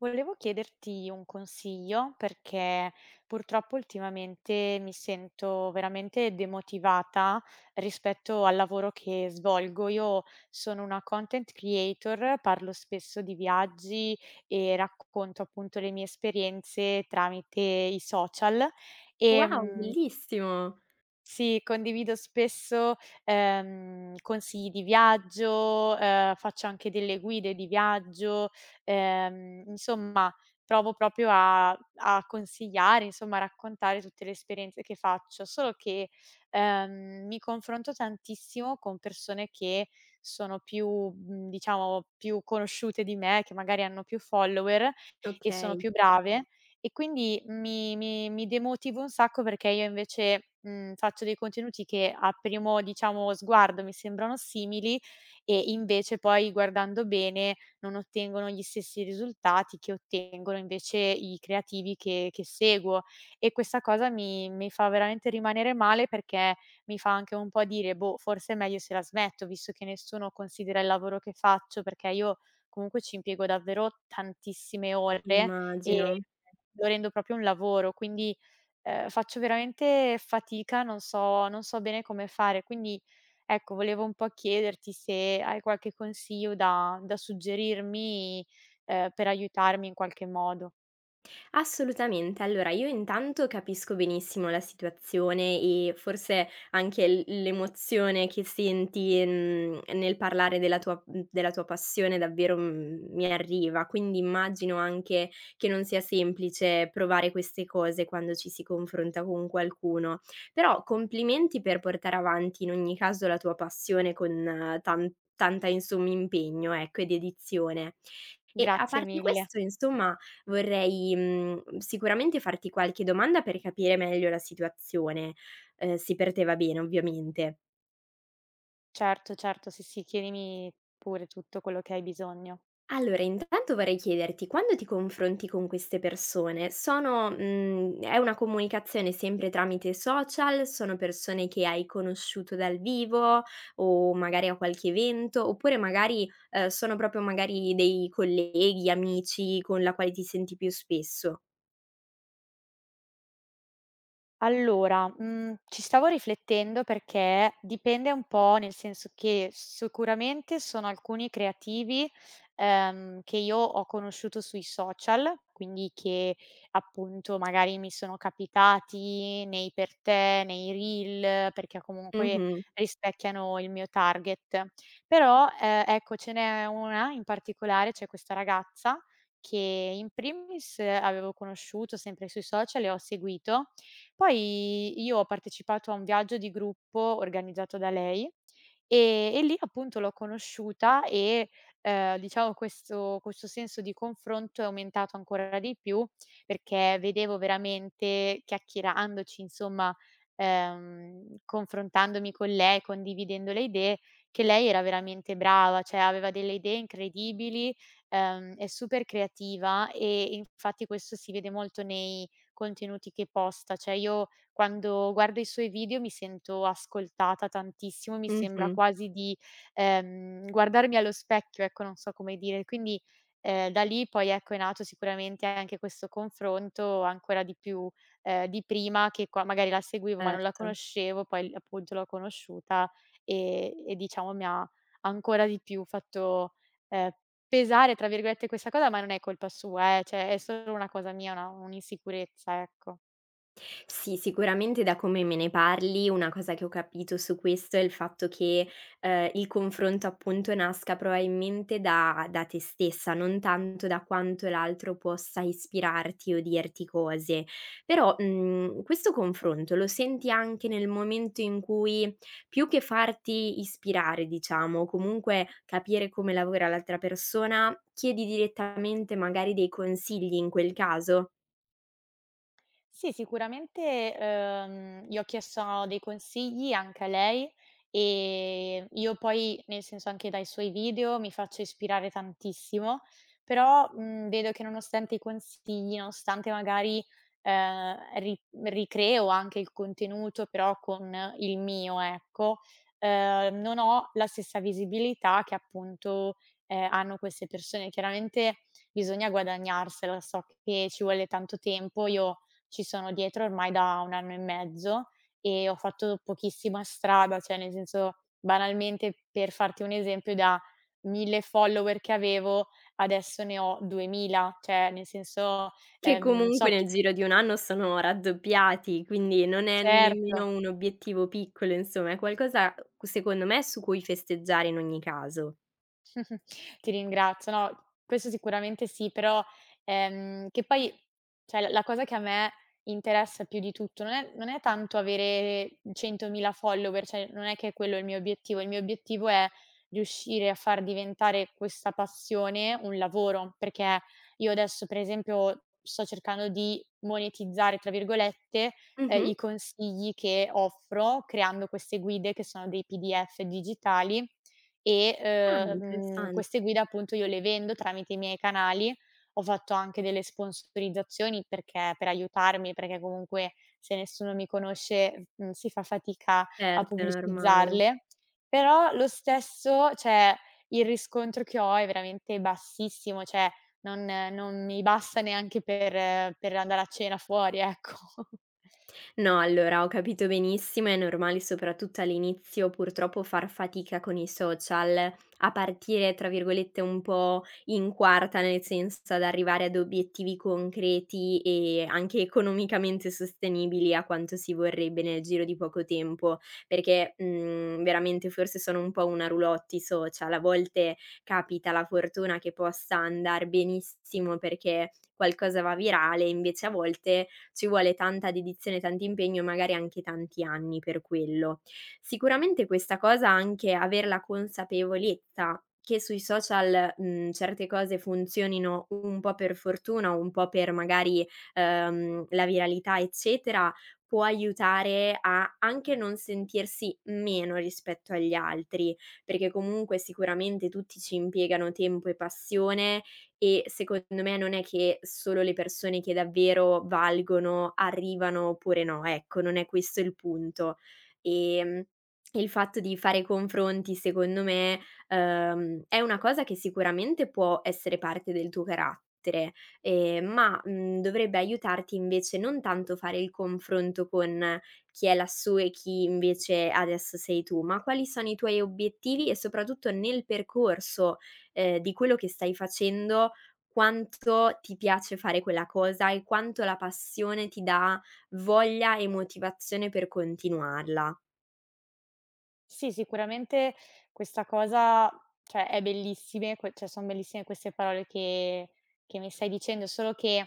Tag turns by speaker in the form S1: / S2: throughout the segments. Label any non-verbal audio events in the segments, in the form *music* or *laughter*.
S1: Volevo chiederti un consiglio perché purtroppo ultimamente mi sento veramente demotivata rispetto al lavoro che svolgo. Io sono una content creator, parlo spesso di viaggi e racconto appunto le mie esperienze tramite i social.
S2: Wow,
S1: E
S2: bellissimo.
S1: sì, condivido spesso, consigli di viaggio, faccio anche delle guide di viaggio, insomma provo proprio a consigliare, insomma a raccontare tutte le esperienze che faccio, solo che, mi confronto tantissimo con persone che sono più, diciamo più conosciute di me, che magari hanno più follower e sono
S2: Okay,
S1: più brave e quindi mi demotiva un sacco perché io invece, faccio dei contenuti che a primo, diciamo, sguardo mi sembrano simili e invece poi guardando bene non ottengono gli stessi risultati che ottengono invece i creativi che seguo. E questa cosa mi fa veramente rimanere male perché mi fa anche un po' dire: "Boh, forse è meglio se la smetto, visto che nessuno considera il lavoro che faccio", perché io comunque ci impiego davvero tantissime ore e
S2: immagino.
S1: lo rendo proprio un lavoro, quindi, faccio veramente fatica, non so bene come fare. Quindi, ecco, volevo un po' chiederti se hai qualche consiglio da suggerirmi, per aiutarmi in qualche modo.
S2: Assolutamente. Allora, io intanto capisco benissimo la situazione e forse anche l'emozione che senti, nel parlare della tua della tua passione davvero, mi arriva, quindi immagino anche che non sia semplice provare queste cose quando ci si confronta con qualcuno. Però complimenti per portare avanti in ogni caso la tua passione con tanta insomma impegno, ecco, e dedizione. E a
S1: Grazie
S2: parte
S1: mille.
S2: questo, insomma. Vorrei, sicuramente farti qualche domanda per capire meglio la situazione, se per te va bene ovviamente.
S1: Certo, certo, sì, sì, chiedimi pure tutto quello che hai bisogno.
S2: Allora intanto vorrei chiederti, quando ti confronti con queste persone sono è una comunicazione sempre tramite social? Sono persone che hai conosciuto dal vivo o magari a qualche evento? Oppure magari, sono proprio magari dei colleghi, amici con la quale ti senti più spesso?
S1: Allora, ci stavo riflettendo perché dipende un po', nel senso che sicuramente sono alcuni creativi, che io ho conosciuto sui social, quindi che appunto magari mi sono capitati nei per te, nei reel, perché comunque
S2: Mh-mh,
S1: rispecchiano il mio target. Però, ecco ce n'è una in particolare, c'è questa ragazza che in primis avevo conosciuto sempre sui social e ho seguito poi io ho partecipato a un viaggio di gruppo organizzato da lei e lì appunto l'ho conosciuta e, diciamo questo senso di confronto è aumentato ancora di più, perché vedevo veramente chiacchierandoci, insomma, confrontandomi con lei, condividendo le idee, che lei era veramente brava, cioè aveva delle idee incredibili, è super creativa e infatti questo si vede molto nei contenuti che posta. Cioè io quando guardo i suoi video mi sento ascoltata tantissimo, mi sembra
S2: mh-mh,
S1: quasi di, guardarmi allo specchio, ecco, non so come dire. Quindi, da lì poi ecco è nato sicuramente anche questo confronto ancora di più, di prima che qua magari la seguivo ma non la
S2: certo.
S1: conoscevo, poi l appunto l'ho conosciuta e diciamo mi ha ancora di più fatto, ehm pesare, tra virgolette, questa cosa, ma non è colpa sua cioè è solo una cosa mia, una un'insicurezza, ecco.
S2: Sì, sicuramente da come me ne parli, una cosa che ho capito su questo è il fatto che, il confronto appunto nasca probabilmente da te stessa, non tanto da quanto l'altro possa ispirarti o dirti cose. Però, questo confronto lo senti anche nel momento in cui più che farti ispirare diciamo, o comunque capire come lavora l'altra persona, chiedi direttamente magari dei consigli in quel caso?
S1: Sì, sicuramente, gli ho chiesto dei consigli anche a lei e io poi, nel senso anche dai suoi video, mi faccio ispirare tantissimo, però, vedo che nonostante i consigli, nonostante magari, ri ricreo anche il contenuto, però con il mio, ecco, non ho la stessa visibilità che appunto, hanno queste persone. Chiaramente bisogna guadagnarsela, so che ci vuole tanto tempo. Io ci sono dietro ormai da 1 anno e mezzo e ho fatto pochissima strada, cioè nel senso, banalmente per farti un esempio da 1.000 follower che avevo, adesso ne ho 2.000, cioè nel senso,
S2: Che
S1: so
S2: comunque
S1: c
S2: nel giro di 1 anno sono raddoppiati, quindi non è
S1: certo.
S2: nemmeno un obiettivo piccolo, insomma, è qualcosa, secondo me, su cui festeggiare in ogni caso.
S1: *laughs* Ti ringrazio. No, questo sicuramente sì, però, che poi cioè la cosa che a me interessa più di tutto non è tanto avere 100.000 follower, cioè non è che quello è il mio obiettivo. Il mio obiettivo è riuscire a far diventare questa passione un lavoro, perché io adesso, per esempio, sto cercando di "monetizzare", tra virgolette,
S2: Mh-mh.
S1: i consigli che offro creando queste guide che sono dei PDF digitali e,
S2: Ah, interessante.
S1: queste guide appunto io le vendo tramite i miei canali. Ho fatto anche delle sponsorizzazioni perché per aiutarmi, perché comunque se nessuno mi conosce, si fa fatica a
S2: Certo, è normale.
S1: pubblicizzarle. Però lo stesso, cioè il riscontro che ho è veramente bassissimo, cioè non non mi basta neanche per andare a cena fuori, ecco. *laughs*
S2: No, allora ho capito benissimo, è normale soprattutto all'inizio purtroppo far fatica con i social, a partire tra virgolette un po' in quarta, nel senso ad arrivare ad obiettivi concreti e anche economicamente sostenibili a quanto si vorrebbe nel giro di poco tempo, perché veramente forse sono un po' una roulotte i social, a volte capita la fortuna che possa andare benissimo perché qualcosa va virale, invece a volte ci vuole tanta dedizione, tanto impegno e magari anche tanti anni per quello. Sicuramente questa cosa, anche aver la consapevolezza che sui social, certe cose funzionino un po' per fortuna, un po' per magari, la viralità, eccetera, può aiutare a anche non sentirsi meno rispetto agli altri, perché comunque sicuramente tutti ci impiegano tempo e passione e secondo me non è che solo le persone che davvero valgono arrivano oppure no, ecco, non è questo il punto. Ehm, il fatto di fare confronti secondo me, è una cosa che sicuramente può essere parte del tuo carattere, ma, dovrebbe aiutarti invece non tanto fare il confronto con chi è lassù e chi invece adesso sei tu, ma quali sono i tuoi obiettivi e soprattutto nel percorso di quello che stai facendo, quanto ti piace fare quella cosa e quanto la passione ti dà voglia e motivazione per continuarla.
S1: Sì, sicuramente questa cosa, cioè son bellissime queste parole che mi stai dicendo, solo che,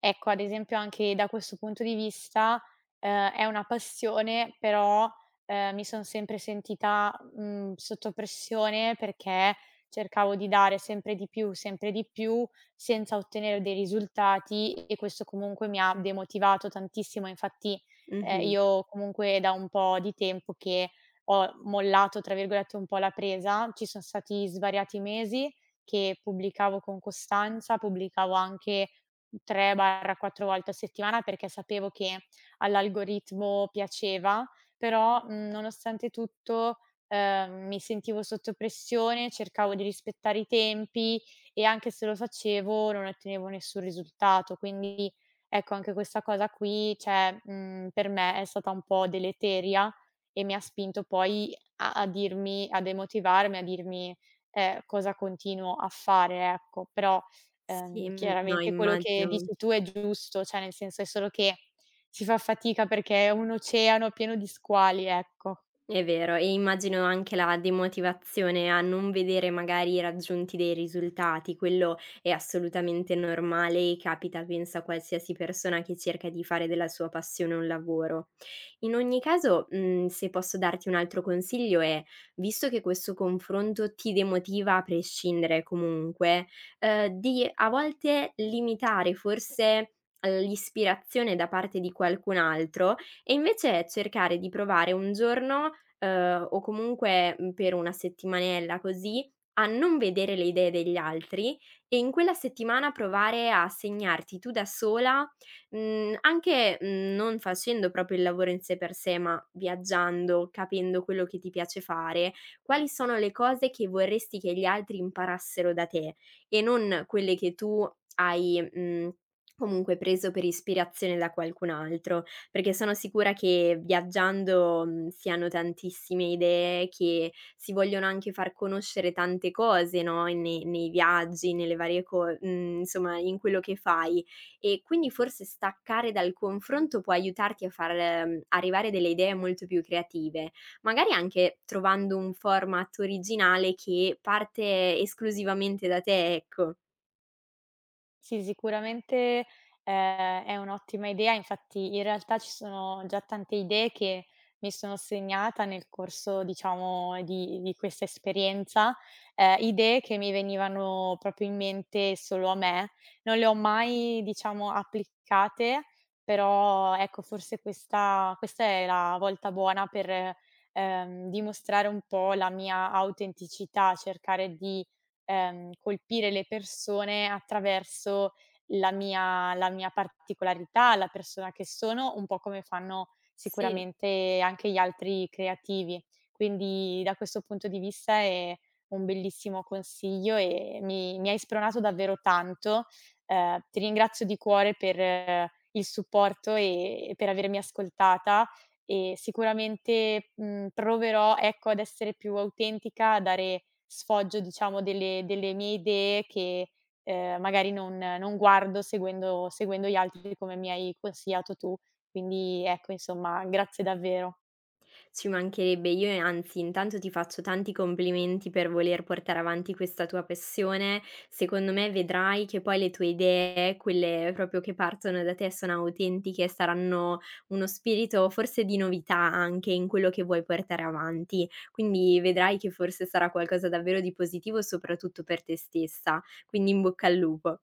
S1: ecco, ad esempio anche da questo punto di vista, è una passione, però, mi son sempre sentita, sotto pressione perché cercavo di dare sempre di più, senza ottenere dei risultati e questo comunque mi ha demotivato tantissimo. Infatti,
S2: Mh-mh.
S1: io comunque da un po' di tempo che ho "mollato" tra virgolette un po' la presa. Ci son stati svariati mesi che pubblicavo con costanza, pubblicavo anche 3/4 volte a settimana perché sapevo che all'algoritmo piaceva, però, nonostante tutto, mi sentivo sotto pressione, cercavo di rispettare i tempi e anche se lo facevo non ottenevo nessun risultato. Quindi ecco, anche questa cosa qui, cioè, per me è stata un po' deleteria e mi ha spinto poi a dirmi a demotivarmi, a dirmi, cosa continuo a fare, ecco. Però,
S2: Sì, no
S1: chiaramente quello che
S2: immagino.
S1: dici tu è giusto, cioè nel senso è solo che si fa fatica perché è un oceano pieno di squali, ecco.
S2: È vero, e immagino anche la demotivazione a non vedere magari raggiunti dei risultati, quello è assolutamente normale e capita penso a qualsiasi persona che cerca di fare della sua passione un lavoro. In ogni caso, se posso darti un altro consiglio è, visto che questo confronto ti demotiva a prescindere comunque, di a volte limitare forse l'ispirazione da parte di qualcun altro e invece cercare di provare un giorno, o comunque, per una settimanella così, a non vedere le idee degli altri e in quella settimana provare a segnarti tu da sola. Mhmm, anche, non facendo proprio il lavoro in sé per sé, ma viaggiando, capendo quello che ti piace fare, quali sono le cose che vorresti che gli altri imparassero da te e non quelle che tu hai, comunque preso per ispirazione da qualcun altro, perché sono sicura che viaggiando, si hanno tantissime idee, che si vogliono anche far conoscere tante cose, no, nei viaggi, nelle varie insomma in quello che fai. E quindi forse staccare dal confronto può aiutarti a far, arrivare delle idee molto più creative, magari anche trovando un format originale che parte esclusivamente da te, ecco.
S1: Sì, sicuramente, è un'ottima idea. Infatti, in realtà ci sono già tante idee che mi sono segnata nel corso, diciamo, di questa esperienza, idee che mi venivano proprio in mente solo a me. Non le ho mai, diciamo, applicate, però ecco, forse questa è la volta buona per, dimostrare un po' la mia autenticità, cercare di colpire le persone attraverso la mia particolarità, la persona che sono, un po' come fanno
S2: Sì.
S1: sicuramente anche gli altri creativi. Quindi da questo punto di vista è un bellissimo consiglio e mi hai spronato davvero tanto. Ti ringrazio di cuore per il supporto e per avermi ascoltata e sicuramente, proverò, ecco, ad essere più autentica, a dare sfoggio diciamo delle mie idee che, magari non guardo seguendo gli altri come mi hai consigliato tu. Quindi ecco, insomma, grazie davvero.
S2: Ci mancherebbe, io e anzi intanto ti faccio tanti complimenti per voler portare avanti questa tua passione. Secondo me vedrai che poi le tue idee, quelle proprio che partono da te, sono autentiche e saranno uno spirito forse di novità anche in quello che vuoi portare avanti. Quindi vedrai che forse sarà qualcosa davvero di positivo soprattutto per te stessa. Quindi in bocca al lupo.